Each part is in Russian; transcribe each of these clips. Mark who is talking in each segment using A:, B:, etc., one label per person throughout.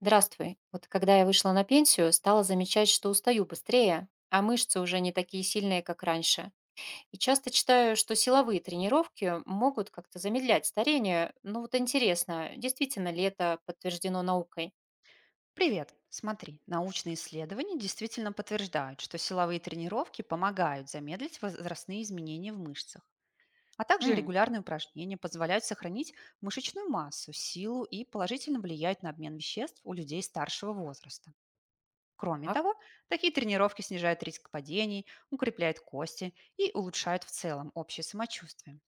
A: Здравствуй. Вот когда я вышла на пенсию, стала замечать, что устаю быстрее, а мышцы уже не такие сильные, как раньше. И часто читаю, что силовые тренировки могут как-то замедлять старение. Ну вот интересно, действительно ли это подтверждено наукой?
B: Привет! Смотри, научные исследования действительно подтверждают, что силовые тренировки помогают замедлить возрастные изменения в мышцах. А также
A: М,
B: регулярные упражнения позволяют сохранить мышечную массу, силу и положительно влияют на обмен веществ у людей старшего возраста. Кроме
A: так.
B: того, такие тренировки снижают риск падений, укрепляют кости и улучшают в целом общее самочувствие.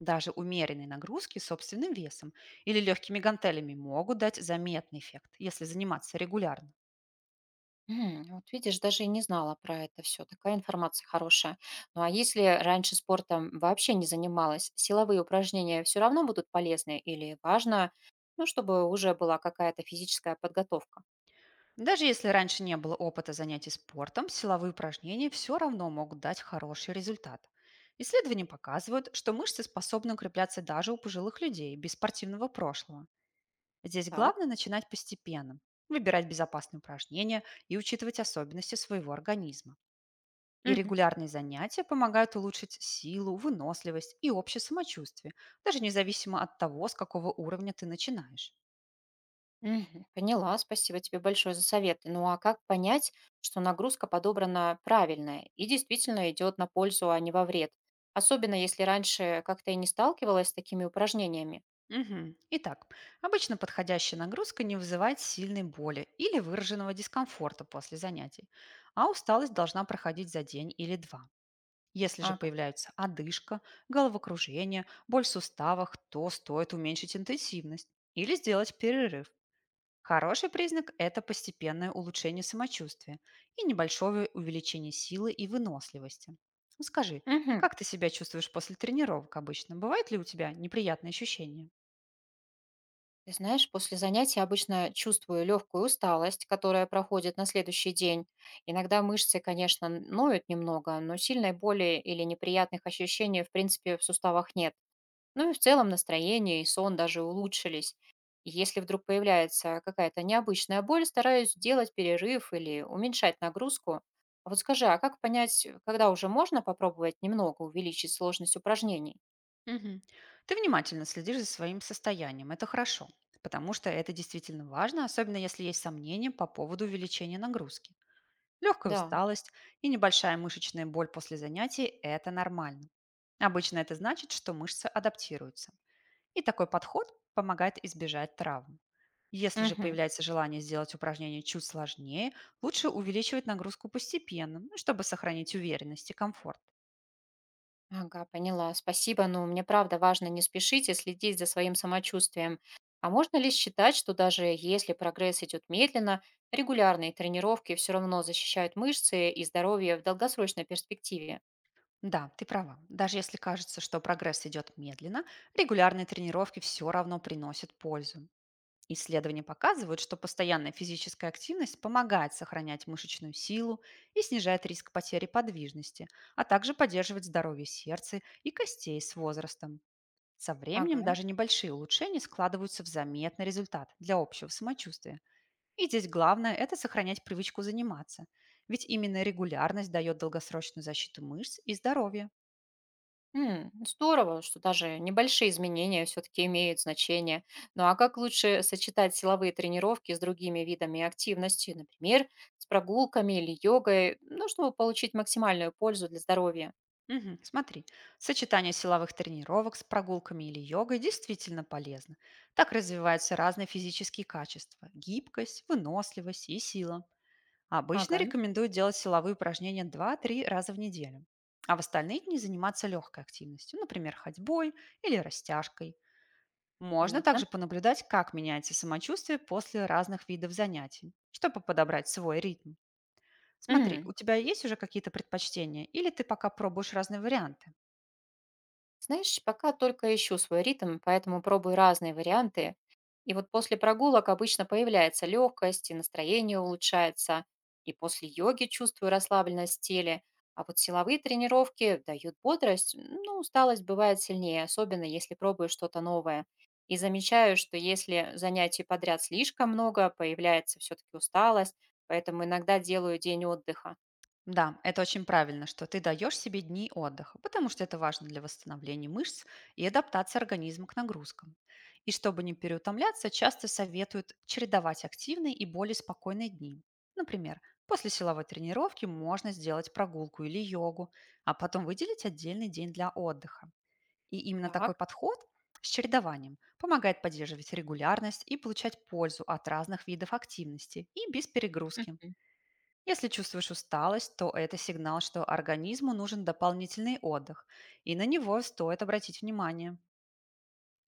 B: Даже умеренные нагрузки собственным весом или легкими гантелями могут дать заметный эффект, если заниматься регулярно.
A: М, вот видишь, даже и не знала про это все. Такая информация хорошая. Ну а если раньше спортом вообще не занималась, силовые упражнения все равно будут полезны или важно, ну, чтобы уже была какая-то физическая подготовка?
B: Даже если раньше не было опыта занятий спортом, силовые упражнения все равно могут дать хороший результат. Исследования показывают, что мышцы способны укрепляться даже у пожилых людей без спортивного прошлого. Здесь
A: Так.
B: главное начинать постепенно, выбирать безопасные упражнения и учитывать особенности своего организма. И
A: Мгм.
B: регулярные занятия помогают улучшить силу, выносливость и общее самочувствие, даже независимо от того, с какого уровня ты начинаешь.
A: Мгм. Поняла, спасибо тебе большое за советы. Ну а как понять, что нагрузка подобрана правильная и действительно идет на пользу, а не во вред? Особенно если раньше как-то и не сталкивалась с такими упражнениями.
B: Мгм. Итак, обычно подходящая нагрузка не вызывает сильной боли или выраженного дискомфорта после занятий, а усталость должна проходить за день или два. Если же
A: Ага.
B: появляются одышка, головокружение, боль в суставах, то стоит уменьшить интенсивность или сделать перерыв. Хороший признак — это постепенное улучшение самочувствия и небольшое увеличение силы и выносливости. Ну, скажи,
A: Мгм.
B: как ты себя чувствуешь после тренировок обычно? Бывают ли у тебя неприятные ощущения?
A: Ты знаешь, после занятий обычно чувствую легкую усталость, которая проходит на следующий день. Иногда мышцы, конечно, ноют немного, но сильной боли или неприятных ощущений, в принципе, в суставах нет. Ну и в целом настроение и сон даже улучшились. И если вдруг появляется какая-то необычная боль, стараюсь делать перерыв или уменьшать нагрузку. А вот скажи, а как понять, когда уже можно попробовать немного увеличить сложность упражнений?
B: Мгм. Ты внимательно следишь за своим состоянием. Это хорошо, потому что это действительно важно, особенно если есть сомнения по поводу увеличения нагрузки. Легкая
A: Да.
B: усталость и небольшая мышечная боль после занятий — это нормально. Обычно это значит, что мышцы адаптируются. И такой подход помогает избежать травм. Если же
A: Мгм.
B: появляется желание сделать упражнение чуть сложнее, лучше увеличивать нагрузку постепенно, ну, чтобы сохранить уверенность и комфорт.
A: Ага, поняла. Спасибо, но мне правда важно не спешить и следить за своим самочувствием. А можно ли считать, что даже если прогресс идет медленно, регулярные тренировки все равно защищают мышцы и здоровье в долгосрочной перспективе?
B: Да, ты права. Даже если кажется, что прогресс идет медленно, регулярные тренировки все равно приносят пользу. Исследования показывают, что постоянная физическая активность помогает сохранять мышечную силу и снижает риск потери подвижности, а также поддерживает здоровье сердца и костей с возрастом. Со
A: Ага.
B: временем даже небольшие улучшения складываются в заметный результат для общего самочувствия. И здесь главное — это сохранять привычку заниматься, ведь именно регулярность дает долгосрочную защиту мышц и здоровья.
A: Здорово, что даже небольшие изменения все-таки имеют значение. Ну а как лучше сочетать силовые тренировки с другими видами активности, например, с прогулками или йогой, ну, чтобы получить максимальную пользу для здоровья?
B: Мгм. Смотри, сочетание силовых тренировок с прогулками или йогой действительно полезно. Так развиваются разные физические качества — гибкость, выносливость и сила. А обычно
A: Ага,
B: рекомендуют делать силовые упражнения 2-3 раза в неделю, а в остальные дни заниматься легкой активностью, например, ходьбой или растяжкой. Можно
A: понятно.
B: также понаблюдать, как меняется самочувствие после разных видов занятий, чтобы подобрать свой ритм. Смотри,
A: М.
B: у тебя есть уже какие-то предпочтения или ты пока пробуешь разные варианты?
A: Знаешь, пока только ищу свой ритм, поэтому пробую разные варианты. И вот после прогулок обычно появляется легкость, и настроение улучшается. И после йоги чувствую расслабленность в теле. А вот силовые тренировки дают бодрость, но усталость бывает сильнее, особенно если пробую что-то новое. И замечаю, что если занятий подряд слишком много, появляется все-таки усталость, поэтому иногда делаю день отдыха.
B: Да, это очень правильно, что ты даешь себе дни отдыха, потому что это важно для восстановления мышц и адаптации организма к нагрузкам. И чтобы не переутомляться, часто советуют чередовать активные и более спокойные дни. Например, после силовой тренировки можно сделать прогулку или йогу, а потом выделить отдельный день для отдыха. И именно такой
A: Так.
B: подход с чередованием помогает поддерживать регулярность и получать пользу от разных видов активности и без перегрузки.
A: Мгм.
B: Если чувствуешь усталость, то это сигнал, что организму нужен дополнительный отдых, и на него стоит обратить внимание.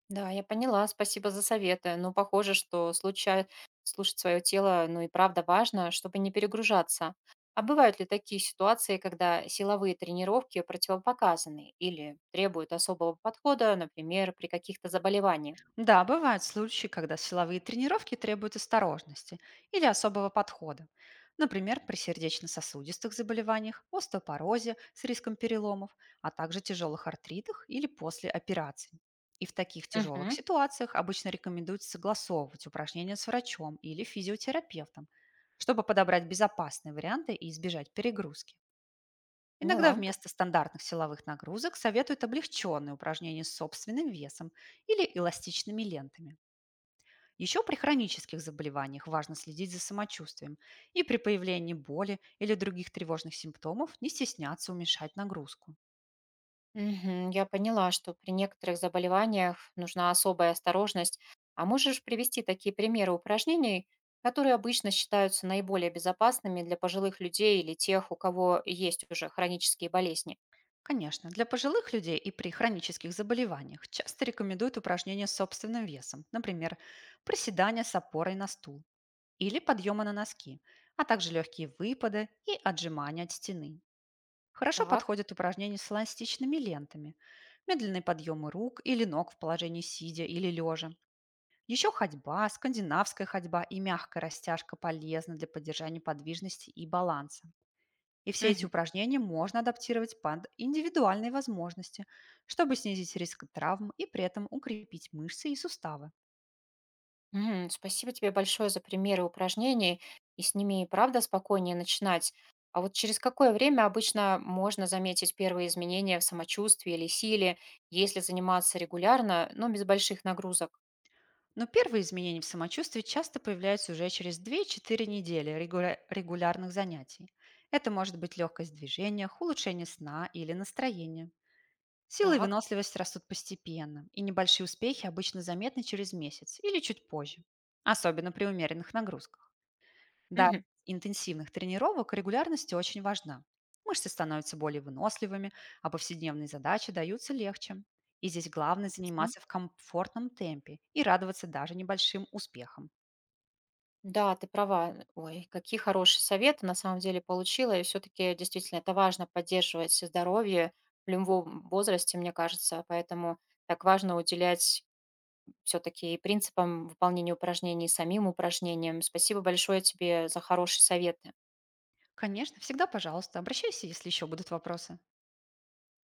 A: Да, я поняла. Спасибо за советы. Но похоже, что случай слушать свое тело, ну и правда важно, чтобы не перегружаться. А бывают ли такие ситуации, когда силовые тренировки противопоказаны или требуют особого подхода, например, при каких-то заболеваниях?
B: Да, бывают случаи, когда силовые тренировки требуют осторожности или особого подхода. Например, при сердечно-сосудистых заболеваниях, остеопорозе с риском переломов, а также тяжелых артритах или после операций. И в таких тяжелых
A: Угу,
B: ситуациях обычно рекомендуется согласовывать упражнения с врачом или физиотерапевтом, чтобы подобрать безопасные варианты и избежать перегрузки. Иногда
A: поняла.
B: вместо стандартных силовых нагрузок советуют облегченные упражнения с собственным весом или эластичными лентами. Еще при хронических заболеваниях важно следить за самочувствием и при появлении боли или других тревожных симптомов не стесняться уменьшать нагрузку.
A: Мгм. Я поняла, что при некоторых заболеваниях нужна особая осторожность. А можешь привести такие примеры упражнений, которые обычно считаются наиболее безопасными для пожилых людей или тех, у кого есть уже хронические болезни?
B: Конечно, для пожилых людей и при хронических заболеваниях часто рекомендуют упражнения с собственным весом, например, приседания с опорой на стул или подъемы на носки, а также легкие выпады и отжимания от стены. Хорошо
A: Так.
B: подходят упражнения с эластичными лентами, медленные подъемы рук или ног в положении сидя или лежа, еще ходьба, скандинавская ходьба и мягкая растяжка полезны для поддержания подвижности и баланса. И все эти
A: Мгм.
B: упражнения можно адаптировать под индивидуальные возможности, чтобы снизить риск травм и при этом укрепить мышцы и суставы.
A: Мгм. Спасибо тебе большое за примеры упражнений, и с ними и правда спокойнее начинать. А вот через какое время обычно можно заметить первые изменения в самочувствии или силе, если заниматься регулярно, но без больших нагрузок?
B: Но первые изменения в самочувствии часто появляются уже через 2-4 недели регулярных занятий. Это может быть легкость в движениях, улучшение сна или настроения. Сила и
A: Так.
B: выносливость растут постепенно, и небольшие успехи обычно заметны через месяц или чуть позже, особенно при умеренных нагрузках. Да,
A: Мгм.
B: интенсивных тренировок регулярность очень важна. Мышцы становятся более выносливыми, а повседневные задачи даются легче. И здесь главное
A: Ясно.
B: заниматься в комфортном темпе и радоваться даже небольшим успехам.
A: Да, ты права. Ой, какие хорошие советы на самом деле получила. И все-таки действительно это важно поддерживать здоровье в любом возрасте, мне кажется. Поэтому так важно уделять все-таки и принципам выполнения упражнений, и самим упражнениям. Спасибо большое тебе за хорошие советы.
B: Конечно, всегда, пожалуйста, обращайся, если еще будут вопросы.